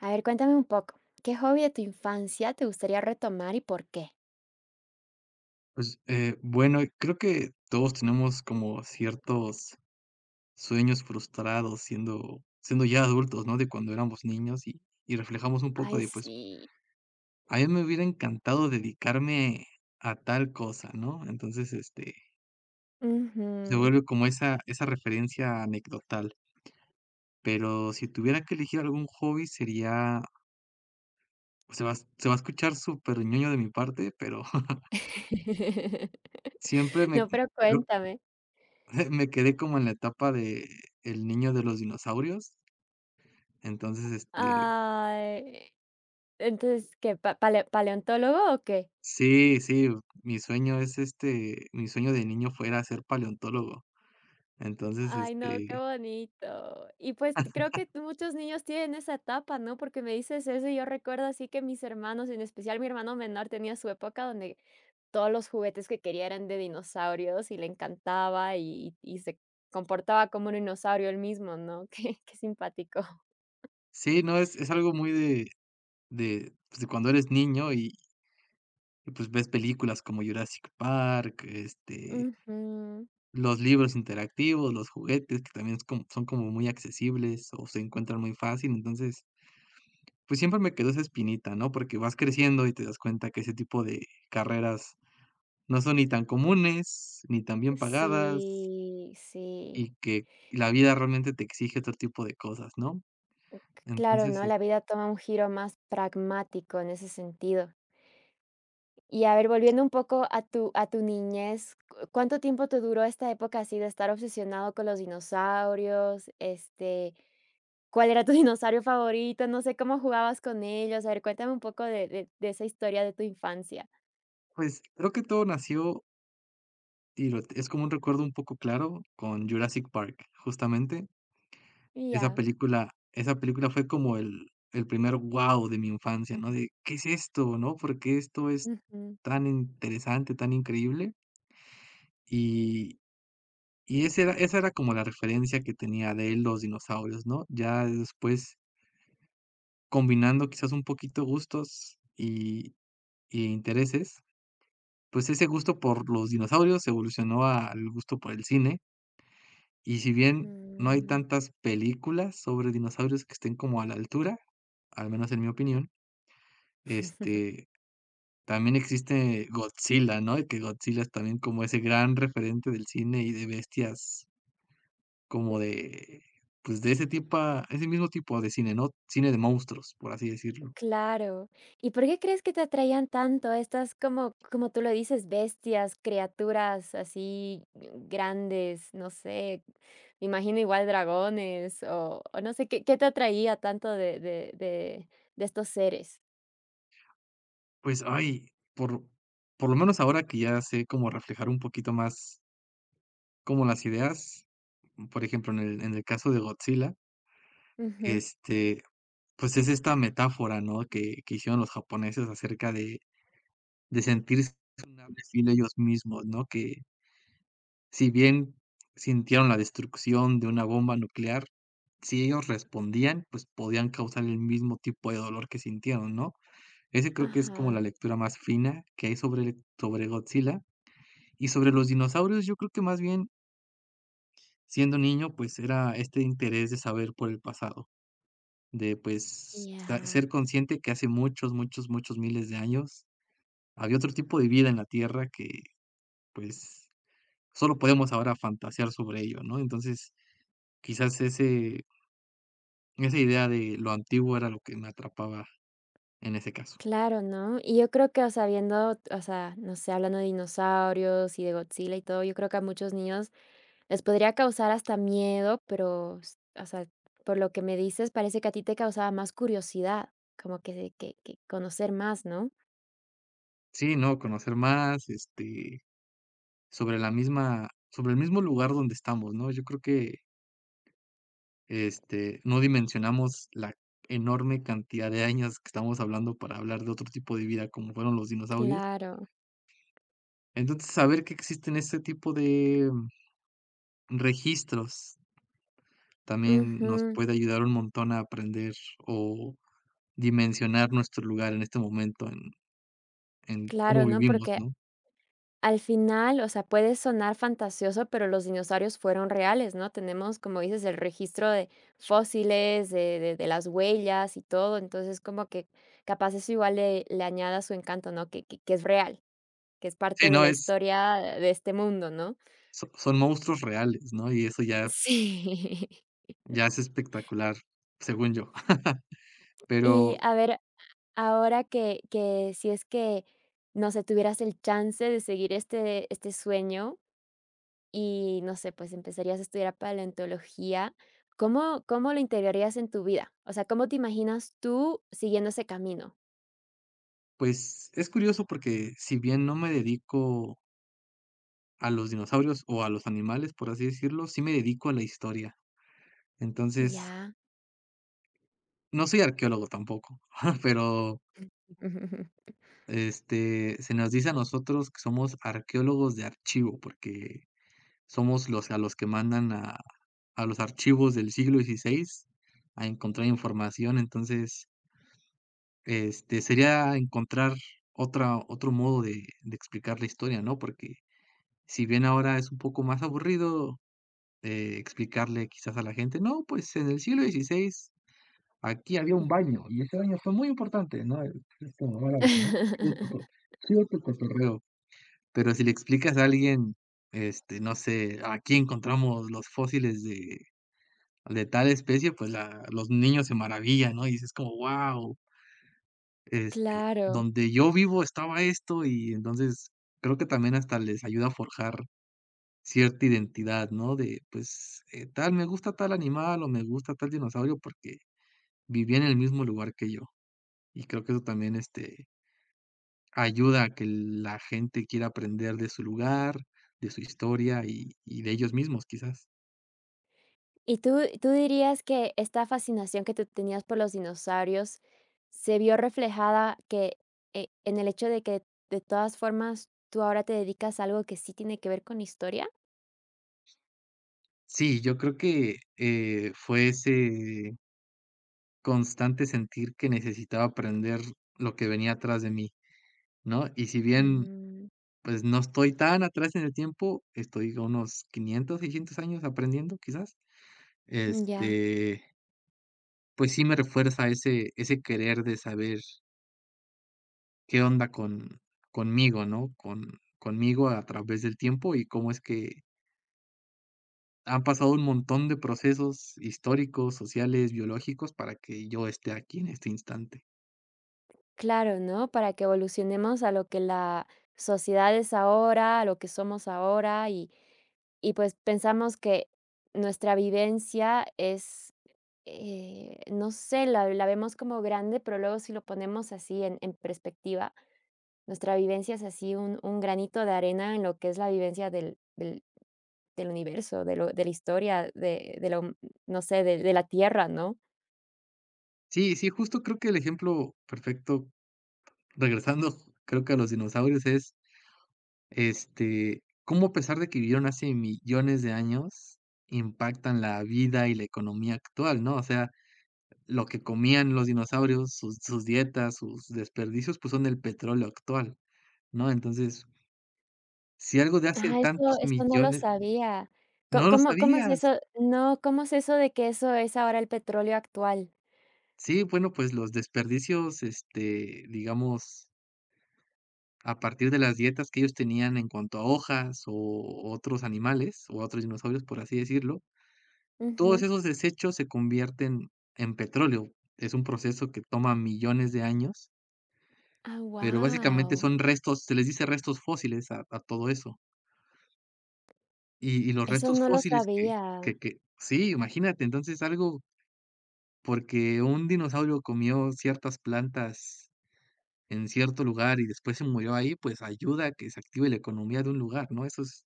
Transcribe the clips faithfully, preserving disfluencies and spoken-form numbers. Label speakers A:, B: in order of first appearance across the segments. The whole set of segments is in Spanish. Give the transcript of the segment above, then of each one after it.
A: A ver, cuéntame un poco, ¿qué hobby de tu infancia te gustaría retomar y por qué?
B: Pues, eh, bueno, creo que todos tenemos como ciertos sueños frustrados siendo siendo ya adultos, ¿no? De cuando éramos niños y y reflejamos un poco
A: Ay,
B: de, pues,
A: sí.
B: a mí me hubiera encantado dedicarme a tal cosa, ¿no? Entonces, este, se
A: Ujú.
B: vuelve como esa esa referencia anecdotal, pero si tuviera que elegir algún hobby sería, pues, se va a- se va a escuchar súper superñoño de mi parte, pero siempre me
A: No, pero
B: creo
A: cuéntame.
B: me quedé como en la etapa de el niño de los dinosaurios. Entonces, este,
A: Ay, entonces, ¿qué? pa- pale- ¿Paleontólogo o qué?
B: sí, sí, mi sueño es, este, mi sueño de niño fuera ser paleontólogo. Entonces,
A: Ay, no, qué
B: este,
A: bonito. Y pues creo que t- muchos niños tienen esa etapa, ¿no? Porque me dices eso y yo recuerdo así que mis hermanos, en especial mi hermano menor, tenía su época donde todos los juguetes que quería eran de dinosaurios y le encantaba y y se comportaba como un dinosaurio él mismo, ¿no? Qué qué simpático.
B: sí, no, es es algo muy de de, pues, de cuando eres niño y y, pues, ves películas como Jurassic Park, este,
A: Ujú.
B: los libros interactivos, los juguetes, que también es como son como muy accesibles o se encuentran muy fácil. Entonces, pues, siempre me quedó esa espinita, ¿no? Porque vas creciendo y te das cuenta que ese tipo de carreras no son ni tan comunes, ni tan bien pagadas.
A: Sí, sí.
B: Y que la vida realmente te exige otro tipo de cosas, ¿no?
A: c- Claro,
B: Entonces,
A: ¿no?
B: es
A: La vida toma un giro más pragmático en ese sentido. Y a ver, volviendo un poco a tu a tu niñez, ¿cu cuánto tiempo te duró esta época así de estar obsesionado con los dinosaurios? Este ¿Cuál era tu dinosaurio favorito? No sé cómo jugabas con ellos. A ver, cuéntame un poco de de de esa historia de tu infancia.
B: pues, creo que todo nació y lo es como un recuerdo un poco claro con Jurassic Park, justamente.
A: Y
B: Esa
A: ya.
B: película esa película fue como el el primer wow de mi infancia, ¿no? De, ¿qué es esto, no? ¿Por qué esto es
A: Ujú.
B: tan interesante, tan increíble? Y y ese era esa era como la referencia que tenía de los dinosaurios, ¿no? Ya después combinando quizás un poquito gustos y y intereses, pues ese gusto por los dinosaurios evolucionó al gusto por el cine, y si bien no hay
A: Mm.
B: tantas películas sobre dinosaurios que estén como a la altura, al menos en mi opinión, este, también existe Godzilla, ¿no? Y que Godzilla es también como ese gran referente del cine y de bestias
A: Mm,
B: como de, pues, de ese tipa ese mismo tipo de cine, ¿no? Cine de monstruos, por así decirlo.
A: claro. ¿Y por qué crees que te atraían tanto estas, como como tú lo dices, bestias, criaturas así eh, grandes? No sé, me imagino igual dragones o o no sé, ¿qué qué te atraía tanto de de de de estos seres?
B: Pues, ay, por por lo menos ahora que ya sé como reflejar un poquito más como las ideas, por ejemplo, en el en el caso de Godzilla,
A: Ujú.
B: este, pues, es esta metáfora, ¿no?, que que hicieron los japoneses acerca de de sentirse vulnerables sin ellos mismos, ¿no?, que si bien sintieron la destrucción de una bomba nuclear, si ellos respondían, pues, podían causar el mismo tipo de dolor que sintieron, ¿no? Ese creo que es como la
A: Ajá.
B: lectura más fina que hay sobre sobre Godzilla. Y sobre los dinosaurios, yo creo que más bien siendo niño, pues era este interés de saber por el pasado, de, pues, sa
A: Ya.
B: ser consciente que hace muchos, muchos, muchos miles de años había otro tipo de vida en la Tierra que, pues, solo podemos ahora fantasear sobre ello, ¿no? Entonces, quizás ese esa idea de lo antiguo era lo que me atrapaba en ese caso.
A: Claro, ¿no? Y yo creo que, o sea, viendo, o sea, no sé, hablando de dinosaurios y de Godzilla y todo, yo creo que a muchos niños les podría causar hasta miedo, pero, s- o sea, por lo que me dices, parece que a ti te causaba más curiosidad, como que, que, que conocer más, ¿no?
B: Sí, no, conocer más, este, sobre la misma sobre el mismo lugar donde estamos, ¿no? Yo creo que Este, no dimensionamos la enorme cantidad de años que estamos hablando para hablar de otro tipo de vida, como fueron los dinosaurios.
A: Claro.
B: Entonces, saber que existen este tipo de mm, registros también nos
A: Ujú.
B: puede ayudar un montón a aprender o dimensionar nuestro lugar en este momento, en en
A: Claro,
B: cómo
A: ¿no?
B: vivimos,
A: Porque
B: ¿no?
A: al final, o sea, puede sonar fantasioso, pero los dinosaurios fueron reales, ¿no? Tenemos, como dices, el registro de fósiles, de, de- de las huellas y todo, entonces como que capaz eso igual le, le añada su encanto, ¿no? Que, que, que es real, que es parte
B: Sí,
A: de
B: no,
A: la
B: es
A: historia de este mundo, ¿no?
B: so son monstruos reales, ¿no? Y eso ya
A: Sí.
B: Ya es espectacular, según yo.
A: Y
B: Pero,
A: a ver, ahora que, que si es que, no sé, tuvieras el chance de seguir este, este sueño, y no sé, pues empezarías a estudiar paleontología, ¿cómo cómo lo integrarías en tu vida? O sea, ¿cómo te imaginas tú siguiendo ese camino?
B: pues, es curioso porque si bien no me dedico a los dinosaurios o a los animales, por así decirlo, sí me dedico a la historia. Entonces,
A: Ya.
B: no soy arqueólogo tampoco, pero, este, se nos dice a nosotros que somos arqueólogos de archivo, porque somos los a los que mandan a a los archivos del siglo dieciséis a encontrar información. Entonces, este, sería encontrar otra otro modo de de explicar la historia, ¿no? Porque si bien ahora es un poco más aburrido, Eh, explicarle quizás a la gente, no, pues en el siglo dieciséis aquí había un baño y ese baño fue muy importante, ¿no? Es como, órale, ¿no? Chido tu co Chido tu cotorreo. Pero si le explicas a alguien, este, no sé, aquí encontramos los fósiles de de tal especie, pues la los niños se maravillan, ¿no? Y dices como, wow, este,
A: Claro.
B: donde yo vivo estaba esto y entonces creo que también hasta les ayuda a forjar cierta identidad, ¿no? De, pues, eh, tal, me gusta tal animal o me gusta tal dinosaurio porque vivía en el mismo lugar que yo. Y creo que eso también, este, ayuda a que la gente quiera aprender de su lugar, de su historia y y de ellos mismos, quizás.
A: ¿Y tú tú dirías que esta fascinación que tú tenías por los dinosaurios se vio reflejada que, eh, en el hecho de que de todas formas tú ahora te dedicas a algo que sí tiene que ver con historia?
B: Sí, yo creo que, eh, fue ese constante sentir que necesitaba aprender lo que venía atrás de mí, ¿no? Y si bien,
A: Mm,
B: pues, no estoy tan atrás en el tiempo, estoy a unos quinientos, seiscientos años aprendiendo, quizás.
A: ya.
B: Este, pues sí me refuerza ese ese querer de saber qué onda con conmigo, ¿no? Con conmigo a través del tiempo y cómo es que han pasado un montón de procesos históricos, sociales, biológicos para que yo esté aquí en este instante.
A: Claro, ¿no? Para que evolucionemos a lo que la sociedad es ahora, a lo que somos ahora y y pues pensamos que nuestra vivencia es, eh, no sé, la la vemos como grande, pero luego si lo ponemos así en en perspectiva, nuestra vivencia es así un un granito de arena en lo que es la vivencia del del del universo, de lo de la historia, de de la hum no sé, de de la Tierra, ¿no?
B: Sí, sí, justo creo que el ejemplo perfecto, regresando, creo que a los dinosaurios es, este, cómo a pesar de que vivieron hace millones de años, impactan la vida y la economía actual, ¿no? O sea, lo que comían los dinosaurios, sus sus dietas, sus desperdicios, pues, son el petróleo actual, ¿no? Entonces, si algo de hace
A: Ah, eso
B: tantos
A: eso no lo
B: millones
A: sabía. ¿Co
B: ¿no lo
A: cómo cómo es
B: sabías?
A: eso? No, ¿cómo es eso de que eso es ahora el petróleo actual?
B: Sí, bueno, pues, los desperdicios, este, digamos, a partir de las dietas que ellos tenían en cuanto a hojas, o otros animales, o otros dinosaurios, por así decirlo, todos
A: Ujú.
B: esos desechos se convierten en petróleo. Es un proceso que toma millones de años,
A: Ah,
B: pero básicamente
A: wow.
B: son restos, se les dice restos fósiles a a todo eso. Y y los
A: Eso
B: restos
A: no lo
B: fósiles que
A: sabía.
B: que que sí, imagínate, entonces algo porque un dinosaurio comió ciertas plantas en cierto lugar y después se murió ahí, pues ayuda a que se active la economía de un lugar, ¿no? Eso es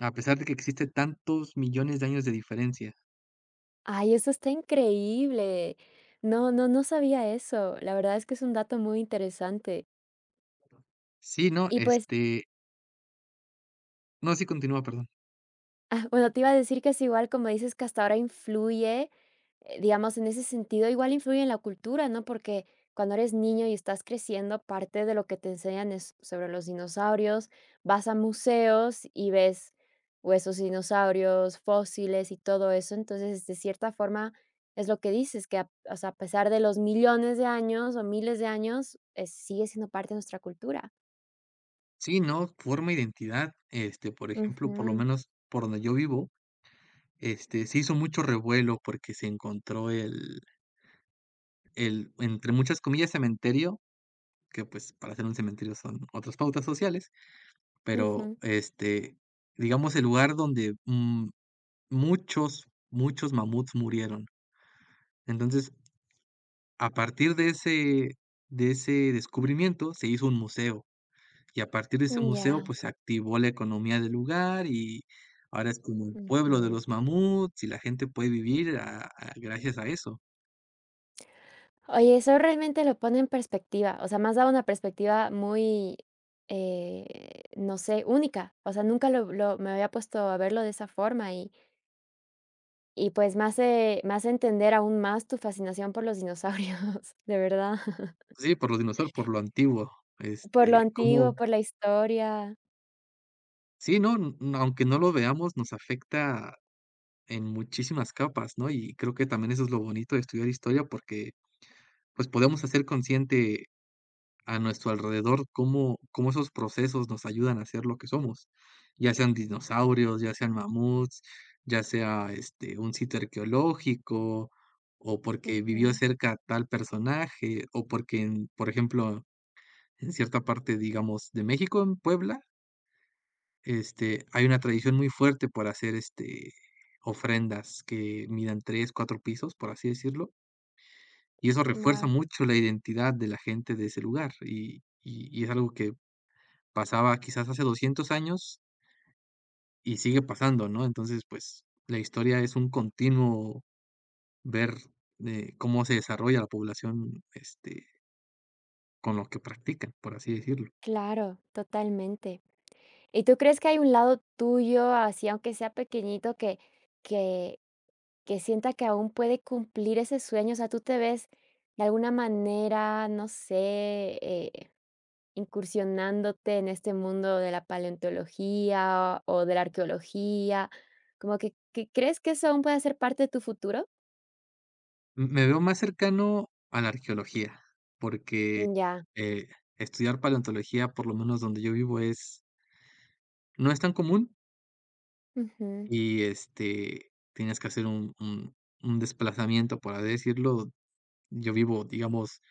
B: a pesar de que existe tantos millones de años de diferencia.
A: Ay, eso está increíble. No, no, no sabía eso. La verdad es que es un dato muy interesante.
B: Sí, no,
A: Y, pues
B: este, no, sí, continúa, perdón.
A: ah, bueno, te iba a decir que es igual, como dices que hasta ahora influye, eh, digamos, en ese sentido, igual influye en la cultura, ¿no? Porque cuando eres niño y estás creciendo, parte de lo que te enseñan es sobre los dinosaurios, vas a museos y ves huesos de dinosaurios, fósiles y todo eso, entonces, de cierta forma, es lo que dices, que a, o sea, a pesar de los millones de años o miles de años, eh, sigue siendo parte de nuestra cultura.
B: Sí, no, forma identidad, este, por ejemplo, por lo
A: Ujú,
B: menos por donde yo vivo, este, se hizo mucho revuelo porque se encontró el el, entre muchas comillas, cementerio que, pues, para hacer un cementerio son otras pautas sociales, pero,
A: ujú,
B: este, digamos, el lugar donde, mm, muchos, muchos mamuts murieron. Entonces, a partir de ese de ese descubrimiento, se hizo un museo, y a partir de ese museo,
A: ya,
B: pues, se activó la economía del lugar, y ahora es como el pueblo de
A: ujú.
B: los mamuts, y la gente puede vivir a a gracias a eso.
A: Oye, eso realmente lo pone en perspectiva, o sea, me has dado una perspectiva muy, eh, no sé, única, o sea, nunca lo lo me había puesto a verlo de esa forma y y pues me hace me hace entender aún más tu fascinación por los dinosaurios, de verdad,
B: Sí, por los dinosaurios, por lo antiguo,
A: por lo
B: este,
A: antiguo,
B: como
A: por la historia.
B: sí, no, n aunque no lo veamos, nos afecta en muchísimas capas, ¿no? Y creo que también eso es lo bonito de estudiar historia porque, pues, podemos hacer consciente a nuestro alrededor cómo, cómo esos procesos nos ayudan a ser lo que somos, ya sean dinosaurios, ya sean mamuts, ya sea este, un sitio arqueológico, o porque vivió
A: Ujú.
B: cerca tal personaje, o porque, en- por ejemplo, en cierta parte, digamos, de México, en Puebla, este, hay una tradición muy fuerte para hacer, este, ofrendas que midan tres, cuatro pisos, por así decirlo, y eso refuerza
A: Guau.
B: mucho la identidad de la gente de ese lugar, y y y es algo que pasaba quizás hace doscientos años y sigue pasando, ¿no? Entonces, pues, la historia es un continuo ver de cómo se desarrolla la población, este, con lo que practican, por así decirlo.
A: Claro, totalmente. ¿Y tú crees que hay un lado tuyo, así aunque sea pequeñito, que que que sienta que aún puede cumplir ese sueño, o sea, ¿tú te ves de alguna manera, no sé, eh, incursionándote en este mundo de la paleontología o de la arqueología? Como que que, ¿crees que eso aún puede ser parte de tu futuro?
B: Me veo más cercano a la arqueología, porque,
A: Ya,
B: eh, estudiar paleontología, por lo menos donde yo vivo, es no es tan común
A: ujú,
B: y, este, tienes que hacer un un un desplazamiento, por así decirlo. Yo vivo, digamos,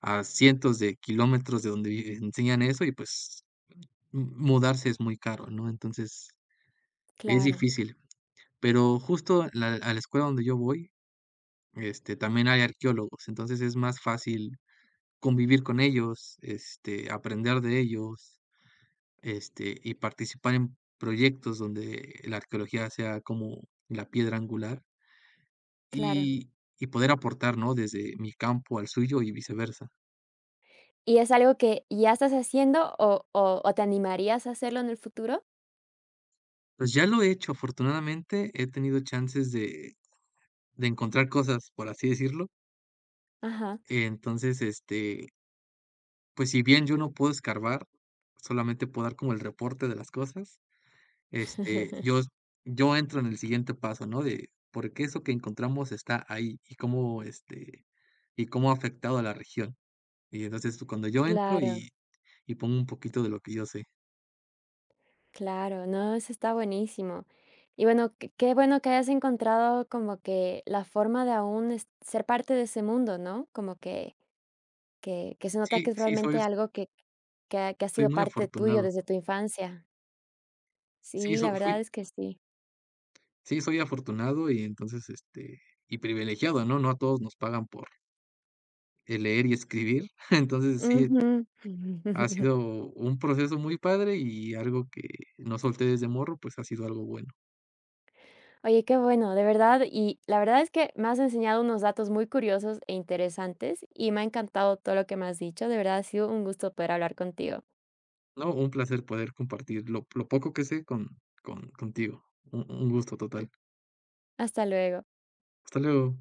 B: a cientos de kilómetros de donde vi enseñan eso y, pues, m mudarse es muy caro, ¿no? Entonces, es
A: claro,
B: difícil. Pero justo la a la escuela donde yo voy, este, también hay arqueólogos, entonces es más fácil convivir con ellos, este, aprender de ellos, este, y participar en proyectos donde la arqueología sea como la piedra angular
A: claro.
B: y y poder aportar, ¿no? Desde mi campo al suyo y viceversa.
A: ¿Y es algo que ya estás haciendo o o o te animarías a hacerlo en el futuro?
B: Pues ya lo he hecho, afortunadamente he tenido chances de de encontrar cosas, por así decirlo.
A: Ajá.
B: Entonces, este, pues si bien yo no puedo escarbar, solamente puedo dar como el reporte de las cosas. Este, yo yo entro en el siguiente paso, ¿no? De por qué eso que encontramos está ahí y cómo, este, y cómo ha afectado a la región. Y entonces, cuando yo entro
A: Claro.
B: y y pongo un poquito de lo que yo sé.
A: Claro, no, eso está buenísimo. Y bueno, qué qué bueno que hayas encontrado como que la forma de aún es- ser parte de ese mundo, ¿no? Como que, que, que se nota que
B: Sí,
A: es
B: sí, soy
A: realmente algo que, que, ha, que ha
B: soy
A: sido
B: muy
A: parte tuyo
B: afortunado.
A: desde tu infancia.
B: Sí,
A: Sí, la
B: so
A: verdad
B: fui
A: es que sí.
B: sí, soy afortunado y entonces, este, y privilegiado, ¿no? No a todos nos pagan por, eh, leer y escribir. Entonces, sí,
A: Ujú.
B: ha sido un proceso muy padre y algo que no solté desde morro, pues ha sido algo bueno.
A: Oye, qué bueno, de verdad. Y la verdad es que me has enseñado unos datos muy curiosos e interesantes y me ha encantado todo lo que me has dicho. De verdad, ha sido un gusto poder hablar contigo.
B: No, un placer poder compartir lo lo poco que sé con con contigo. Un un gusto total.
A: Hasta luego.
B: Hasta luego.